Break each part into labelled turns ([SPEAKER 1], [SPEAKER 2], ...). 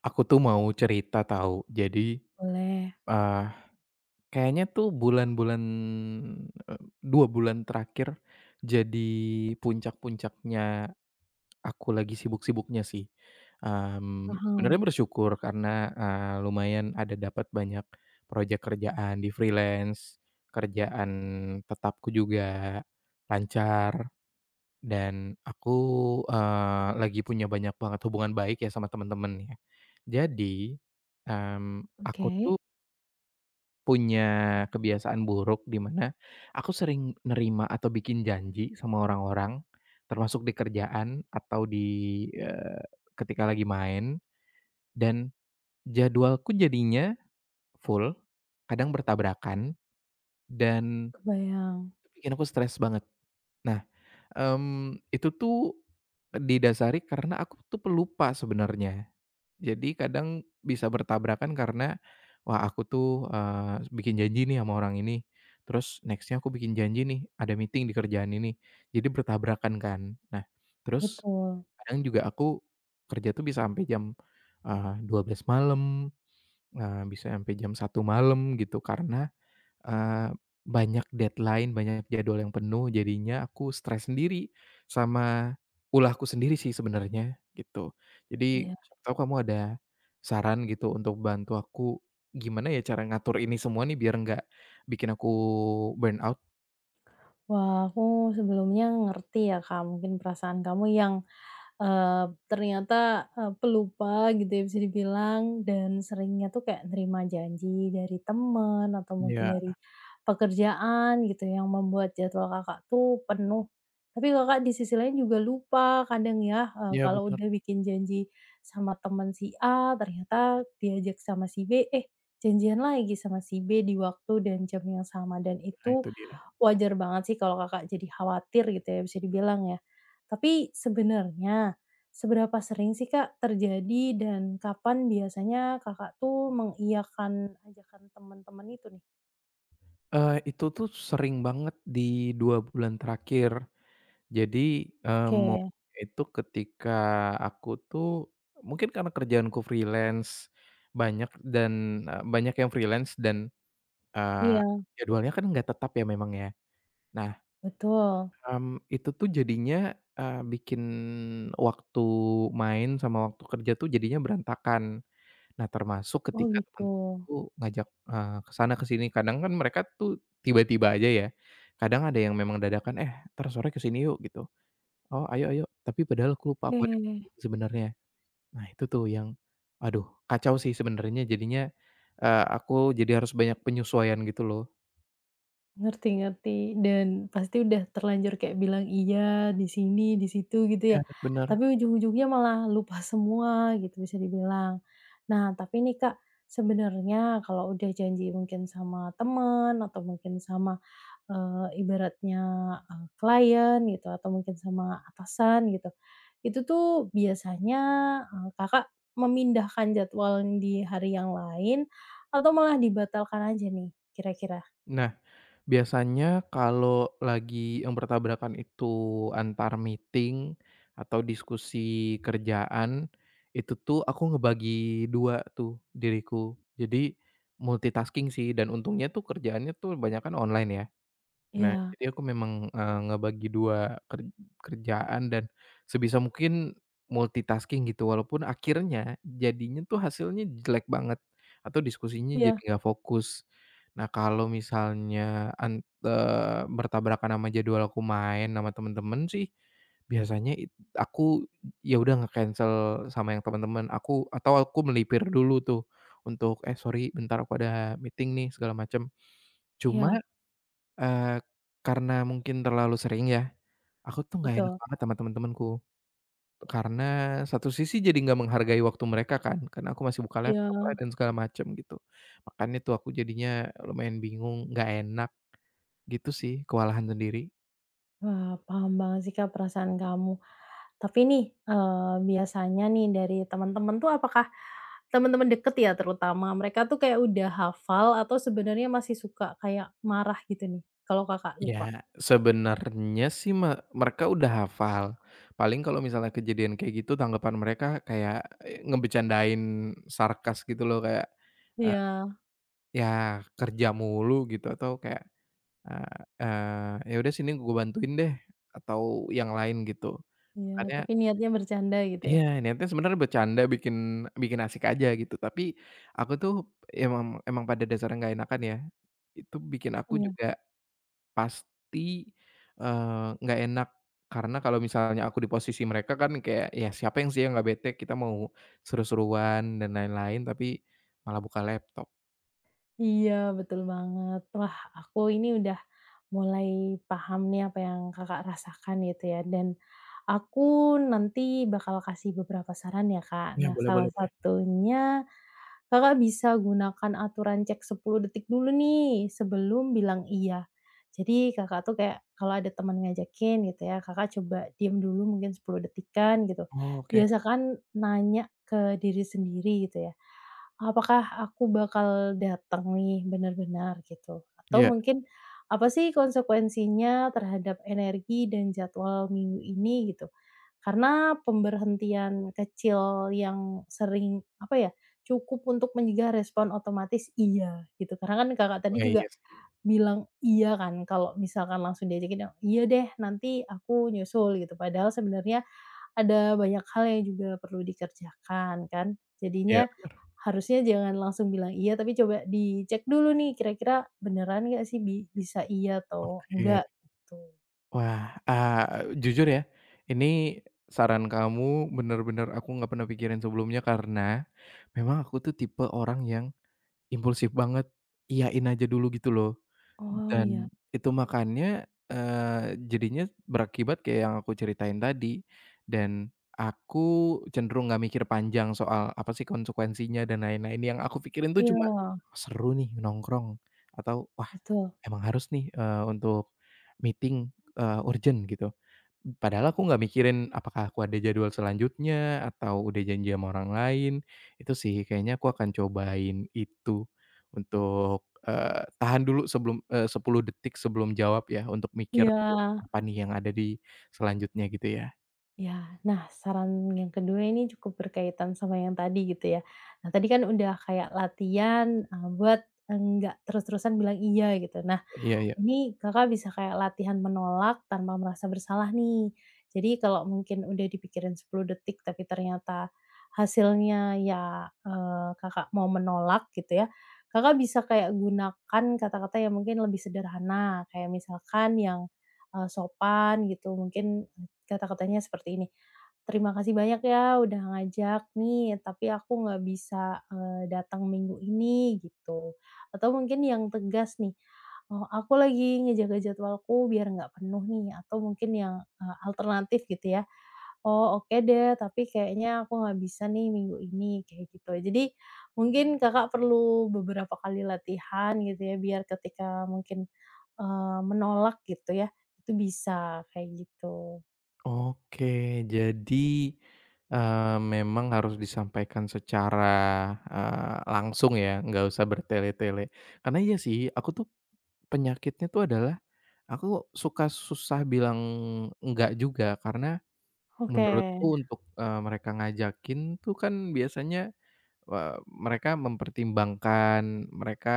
[SPEAKER 1] Aku tuh mau cerita tahu. Jadi,
[SPEAKER 2] Boleh,
[SPEAKER 1] eee, kayaknya tuh bulan-bulan, 2 bulan terakhir jadi puncak-puncaknya aku lagi sibuk-sibuknya sih. Sebenarnya
[SPEAKER 2] paham.
[SPEAKER 1] bersyukur karena, lumayan ada dapat banyak proyek kerjaan di freelance, kerjaan tetapku juga lancar dan aku, lagi punya banyak banget hubungan baik ya sama temen-temen ya. Jadi, mmm, aku
[SPEAKER 2] Oke,
[SPEAKER 1] tuh punya kebiasaan buruk di mana aku sering nerima atau bikin janji sama orang-orang, termasuk di kerjaan atau di, eee, ketika lagi main dan jadwalku jadinya full, kadang bertabrakan dan
[SPEAKER 2] kebayang,
[SPEAKER 1] bikin aku stres banget. Nah, itu tuh didasari karena aku tuh pelupa sebenarnya. Jadi kadang bisa bertabrakan karena, wah aku tuh, bikin janji nih sama orang ini, terus nextnya aku bikin janji nih, ada meeting di kerjaan ini, jadi bertabrakan kan. Nah, terus
[SPEAKER 2] betul.
[SPEAKER 1] kadang juga aku kerja tuh bisa sampai jam, 12:00 malam, bisa sampai jam 1 malam gitu karena Eee, banyak deadline, banyak jadwal yang penuh, jadinya aku stres sendiri sama ulahku sendiri sih sebenarnya, gitu. Jadi,
[SPEAKER 2] Iya,
[SPEAKER 1] siapa tahu kamu ada saran gitu untuk bantu aku, gimana ya cara ngatur ini semua nih biar nggak bikin aku burnout?
[SPEAKER 2] wah, aku sebelumnya ngerti ya, Kak, mungkin perasaan kamu yang, eee, ternyata, pelupa gitu ya bisa dibilang dan seringnya tuh kayak nerima janji dari temen atau mungkin
[SPEAKER 1] Iya.
[SPEAKER 2] dari pekerjaan gitu yang membuat jadwal Kakak tuh penuh. Tapi Kakak di sisi lain juga lupa kadang ya,
[SPEAKER 1] Ya,
[SPEAKER 2] kalau
[SPEAKER 1] bener,
[SPEAKER 2] udah bikin janji sama temen si A, ternyata diajak sama si B, eh janjian lagi sama si B di waktu dan jam yang sama dan
[SPEAKER 1] nah
[SPEAKER 2] itu
[SPEAKER 1] itu dia.
[SPEAKER 2] wajar banget sih kalau Kakak jadi khawatir gitu ya, bisa dibilang ya. Tapi sebenarnya, seberapa sering sih Kak terjadi dan kapan biasanya Kakak tuh mengiyakan ajakan teman-teman itu nih?
[SPEAKER 1] Itu tuh sering banget di 2 bulan terakhir. Jadi,
[SPEAKER 2] Oke,
[SPEAKER 1] momennya itu ketika aku tuh mungkin karena kerjaanku freelance banyak dan, banyak yang freelance dan, eee,
[SPEAKER 2] iya,
[SPEAKER 1] jadwalnya kan nggak tetap ya memang ya. Nah,
[SPEAKER 2] betul.
[SPEAKER 1] itu tuh jadinya, bikin waktu main sama waktu kerja tuh jadinya berantakan. Nah, termasuk
[SPEAKER 2] Oh
[SPEAKER 1] ketika
[SPEAKER 2] gitu.
[SPEAKER 1] teman-teman tuh ngajak, ke sana ke sini, kadang kan mereka tuh tiba-tiba aja ya, kadang ada yang memang dadakan, "Eh, entar sore ke sini yuk," gitu. Oh, ayo ayo, tapi padahal aku lupa aku ada
[SPEAKER 2] Oke.
[SPEAKER 1] meeting sebenarnya. Nah itu tuh yang, aduh kacau sih sebenarnya jadinya, aku jadi harus banyak penyesuaian gitu loh.
[SPEAKER 2] Ngerti ngerti, dan pasti udah terlanjur kayak bilang iya di sini, di situ gitu
[SPEAKER 1] Iya
[SPEAKER 2] ya,
[SPEAKER 1] bener.
[SPEAKER 2] tapi ujung-ujungnya malah lupa semua gitu bisa dibilang. Nah tapi nih Kak, sebenarnya kalau udah janji mungkin sama teman atau mungkin sama, ibaratnya, klien gitu atau mungkin sama atasan gitu, itu tuh biasanya, Kakak memindahkan jadwal di hari yang lain atau malah dibatalkan aja nih kira-kira?
[SPEAKER 1] Nah biasanya kalau lagi yang bertabrakan itu antar meeting atau diskusi kerjaan, itu tuh aku ngebagi 2 tuh diriku. Jadi multitasking sih dan untungnya tuh kerjaannya tuh kebanyakan online ya. Nah,
[SPEAKER 2] Iya.
[SPEAKER 1] jadi aku memang, ngebagi dua kerjaan dan sebisa mungkin multitasking gitu, walaupun akhirnya jadinya tuh hasilnya jelek banget atau diskusinya jadi
[SPEAKER 2] Iya
[SPEAKER 1] nggak fokus. Nah, kalau misalnya bertabrakan sama jadwal aku main sama temen-temen sih, biasanya aku ya udah nge-cancel sama yang temen-temen, aku atau aku melipir dulu tuh untuk, "Eh, sorry bentar aku ada meeting nih," segala macam. Cuma
[SPEAKER 2] iya,
[SPEAKER 1] Eee, karena mungkin terlalu sering ya, aku tuh nggak enak
[SPEAKER 2] betul.
[SPEAKER 1] banget sama temen-temenku. Karena satu sisi jadi nggak menghargai waktu mereka kan, karena aku masih buka laptop lah
[SPEAKER 2] Iya.
[SPEAKER 1] dan segala macem gitu. Makanya tuh aku jadinya lumayan bingung, nggak enak gitu sih, kewalahan sendiri.
[SPEAKER 2] Wah, paham banget sih, Kak, perasaan kamu. Tapi nih, biasanya nih dari teman-teman tuh apakah teman-teman deket ya terutama, mereka tuh kayak udah hafal atau sebenarnya masih suka kayak marah gitu nih kalau Kakak lupa?
[SPEAKER 1] Ya sebenarnya sih mereka udah hafal, paling kalau misalnya kejadian kayak gitu tanggapan mereka kayak, ngebecandain sarkas gitu loh kayak, eee,
[SPEAKER 2] Iya
[SPEAKER 1] "Ya kerja mulu," gitu atau kayak, Eee eee, "Ya udah sini gue bantuin deh," atau yang lain gitu.
[SPEAKER 2] iya,
[SPEAKER 1] Makanya
[SPEAKER 2] tapi niatnya bercanda gitu
[SPEAKER 1] iya,
[SPEAKER 2] ya?
[SPEAKER 1] niatnya sebenarnya bercanda bikin bikin asik aja gitu, tapi aku tuh emang emang pada dasarnya nggak enakan ya, itu bikin aku
[SPEAKER 2] Iya.
[SPEAKER 1] juga pasti, nggak enak. Karena kalau misalnya aku di posisi mereka kan kayak, ya siapa yang sih yang nggak bete kita mau seru-seruan dan lain-lain, tapi malah buka laptop.
[SPEAKER 2] Iya, betul banget. Wah, aku ini udah mulai paham nih apa yang Kakak rasakan gitu ya, dan aku nanti bakal kasih beberapa saran ya, Kak.
[SPEAKER 1] Iya
[SPEAKER 2] Nah,
[SPEAKER 1] boleh boleh
[SPEAKER 2] salah
[SPEAKER 1] boleh.
[SPEAKER 2] satunya Kakak bisa gunakan aturan cek 10 detik dulu nih sebelum bilang iya. Jadi Kakak tuh kayak kalau ada teman ngajakin gitu ya, Kakak coba diam dulu mungkin 10 detikan gitu.
[SPEAKER 1] Oh oke.
[SPEAKER 2] Biasakan nanya ke diri sendiri gitu ya. Apakah aku bakal datang nih benar-benar gitu? Atau
[SPEAKER 1] Iya.
[SPEAKER 2] mungkin apa sih konsekuensinya terhadap energi dan jadwal minggu ini gitu? Karena pemberhentian kecil yang sering apa ya, cukup untuk mencegah respon otomatis iya gitu. Karena kan Kakak tadi
[SPEAKER 1] Wah
[SPEAKER 2] juga
[SPEAKER 1] iya sih.
[SPEAKER 2] bilang iya kan kalau misalkan langsung diajakin, "Iya deh nanti aku nyusul," gitu. Padahal sebenarnya ada banyak hal yang juga perlu dikerjakan kan.
[SPEAKER 1] Iya,
[SPEAKER 2] Jadinya harusnya jangan langsung bilang iya, tapi coba dicek dulu nih kira-kira beneran nggak sih bisa iya atau enggak
[SPEAKER 1] oke.
[SPEAKER 2] gitu.
[SPEAKER 1] Wah, jujur ya, ini saran kamu bener-bener aku nggak pernah pikirin sebelumnya karena memang aku tuh tipe orang yang impulsif banget, iyain aja dulu gitu loh.
[SPEAKER 2] Oh
[SPEAKER 1] Dan
[SPEAKER 2] iya,
[SPEAKER 1] itu makanya, jadinya berakibat kayak yang aku ceritain tadi, dan aku cenderung nggak mikir panjang soal apa sih konsekuensinya dan lain-lain. Yang aku pikirin tuh cuma,
[SPEAKER 2] iya,
[SPEAKER 1] "Wah," "Seru nih nongkrong," atau "Wah,
[SPEAKER 2] betul.
[SPEAKER 1] emang harus nih, eee, untuk meeting, eee, urgent gitu." Padahal aku nggak mikirin apakah aku ada jadwal selanjutnya atau udah janji sama orang lain. Itu sih kayaknya aku akan cobain itu untuk, tahan dulu sebelum 10 detik sebelum jawab ya, untuk mikir
[SPEAKER 2] Iya,
[SPEAKER 1] apa nih yang ada di selanjutnya gitu ya.
[SPEAKER 2] ya. Nah saran yang kedua ini cukup berkaitan sama yang tadi gitu ya. Nah tadi kan udah kayak latihan, buat enggak terus-terusan bilang iya gitu. Nah
[SPEAKER 1] Iya iya.
[SPEAKER 2] ini Kakak bisa kayak latihan menolak tanpa merasa bersalah nih. Jadi kalau mungkin udah dipikirin 10 detik tapi ternyata hasilnya ya, Kakak mau menolak gitu ya, Kakak bisa kayak gunakan kata-kata yang mungkin lebih sederhana, kayak misalkan yang, sopan gitu mungkin kata-katanya seperti ini, "Terima kasih banyak ya udah ngajak nih, tapi aku nggak bisa, datang minggu ini," gitu. Atau mungkin yang tegas nih, "Oh, aku lagi ngejaga jadwalku biar nggak penuh nih," atau mungkin yang, alternatif gitu ya. "Oh, oke deh, tapi kayaknya aku nggak bisa nih minggu ini," kayak gitu. Jadi mungkin Kakak perlu beberapa kali latihan gitu ya biar ketika mungkin, eee, menolak gitu ya, itu bisa kayak gitu.
[SPEAKER 1] Oke, jadi, memang harus disampaikan secara, langsung ya, nggak usah bertele-tele. Karena iya sih, aku tuh penyakitnya tuh adalah aku suka susah bilang enggak juga, karena
[SPEAKER 2] Oke,
[SPEAKER 1] menurutku untuk, mereka ngajakin tuh kan biasanya, eee, mereka mempertimbangkan, mereka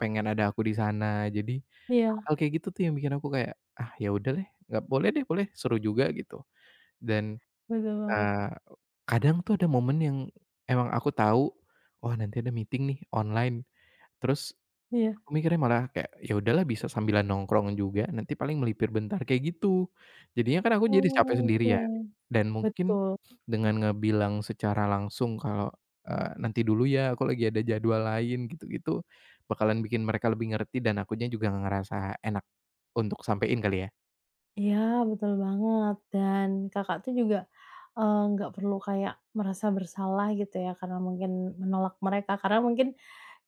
[SPEAKER 1] pengen ada aku di sana. Jadi
[SPEAKER 2] iya,
[SPEAKER 1] hal kayak gitu tuh yang bikin aku kayak, "Ah, ya udah deh, nggak boleh deh, boleh, seru juga," gitu. Dan
[SPEAKER 2] betul banget,
[SPEAKER 1] Eee, kadang tuh ada momen yang emang aku tahu, "Oh, nanti ada meeting nih online." Terus
[SPEAKER 2] iya.
[SPEAKER 1] aku mikirnya malah kayak, "Ya udahlah bisa sambilan nongkrong juga, nanti paling melipir bentar," kayak gitu. Jadinya kan aku jadi capek
[SPEAKER 2] Oh,
[SPEAKER 1] sendiri
[SPEAKER 2] oke,
[SPEAKER 1] ya, dan mungkin
[SPEAKER 2] betul.
[SPEAKER 1] dengan ngebilang secara langsung kalau, "Nanti dulu ya, aku lagi ada jadwal lain," gitu-gitu, bakalan bikin mereka lebih ngerti dan akunya juga ngerasa enak untuk sampein kali ya.
[SPEAKER 2] Iya, betul banget dan Kakak tuh juga, nggak perlu kayak merasa bersalah gitu ya karena mungkin menolak mereka, karena mungkin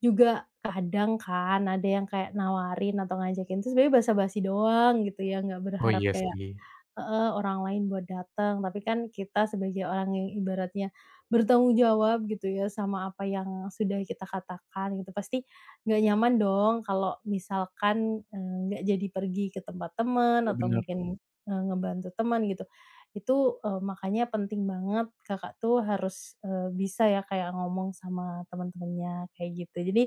[SPEAKER 2] juga kadang kan ada yang kayak nawarin atau ngajakin itu sebenarnya basa-basi doang gitu ya, nggak
[SPEAKER 1] Oh,
[SPEAKER 2] berharap
[SPEAKER 1] iya
[SPEAKER 2] kayak
[SPEAKER 1] sih.
[SPEAKER 2] heeh, orang lain buat datang, tapi kan kita sebagai orang yang ibaratnya bertanggung jawab gitu ya sama apa yang sudah kita katakan gitu, pasti nggak nyaman dong kalau misalkan, nggak jadi pergi ke tempat teman
[SPEAKER 1] Iya
[SPEAKER 2] atau
[SPEAKER 1] bener.
[SPEAKER 2] mungkin, ngebantu teman gitu. Itu, makanya penting banget Kakak tuh harus, bisa ya kayak ngomong sama teman-temannya kayak gitu. Jadi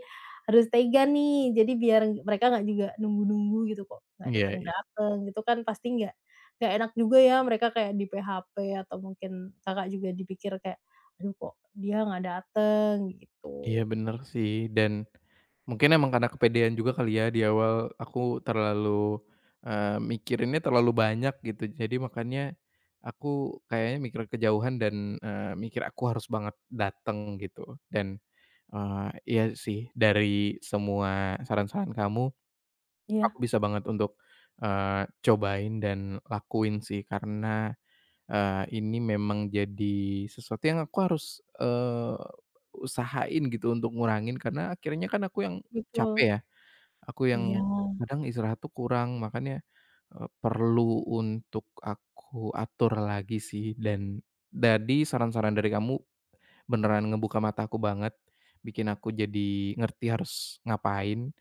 [SPEAKER 2] harus tega nih, jadi biar mereka nggak juga nunggu-nunggu gitu kok nggak
[SPEAKER 1] Iya iya.
[SPEAKER 2] datang-datang gitu kan pasti nggak enak juga ya mereka kayak di-PHP atau mungkin Kakak juga dipikir kayak, "Aduh kok dia nggak dateng?"
[SPEAKER 1] Iya
[SPEAKER 2] gitu.
[SPEAKER 1] bener sih dan mungkin emang karena kepedean juga kali ya di awal aku terlalu, mikirinnya terlalu banyak gitu. Jadi makanya aku kayaknya mikir kejauhan dan, mikir aku harus banget datang gitu. Dan, iya sih dari semua saran-saran kamu, aku
[SPEAKER 2] Iya.
[SPEAKER 1] bisa banget untuk, cobain dan lakuin sih karena, ini memang jadi sesuatu yang aku harus, usahain gitu untuk ngurangin karena akhirnya kan aku yang capek
[SPEAKER 2] Betul.
[SPEAKER 1] ya. Aku
[SPEAKER 2] Iya,
[SPEAKER 1] yang kadang istirahat tuh kurang, makanya, perlu untuk aku atur lagi sih dan tadi saran-saran dari kamu beneran ngebuka mata aku banget, bikin aku jadi ngerti harus ngapain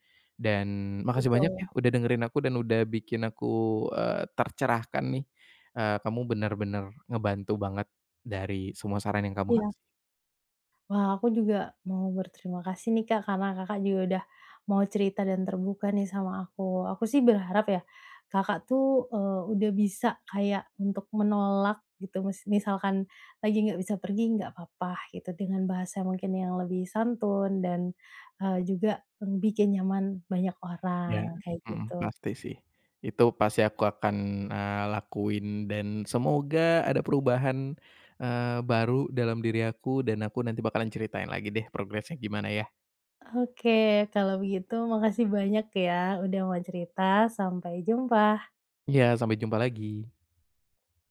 [SPEAKER 1] dan makasih banyak
[SPEAKER 2] betul.
[SPEAKER 1] ya udah dengerin aku dan udah bikin aku, tercerahkan nih, kamu bener-bener ngebantu banget dari semua saran yang kamu
[SPEAKER 2] Iya.
[SPEAKER 1] kasih.
[SPEAKER 2] Wah, aku juga mau berterima kasih nih Kak, karena Kakak juga udah mau cerita dan terbuka nih sama aku. Aku sih berharap ya, Kakak tuh, udah bisa kayak untuk menolak gitu, misalkan lagi nggak bisa pergi, nggak apa-apa gitu, dengan bahasa mungkin yang lebih santun dan, juga, bikin nyaman banyak
[SPEAKER 1] Iya,
[SPEAKER 2] orang, kayak
[SPEAKER 1] mhm,
[SPEAKER 2] gitu.
[SPEAKER 1] pasti sih. Itu pasti aku akan, lakuin dan semoga ada perubahan, baru dalam diri aku dan aku nanti bakalan ceritain lagi deh progresnya gimana ya.
[SPEAKER 2] Oke, kalau begitu makasih banyak ya udah mau cerita, sampai jumpa.
[SPEAKER 1] Iya, sampai jumpa lagi.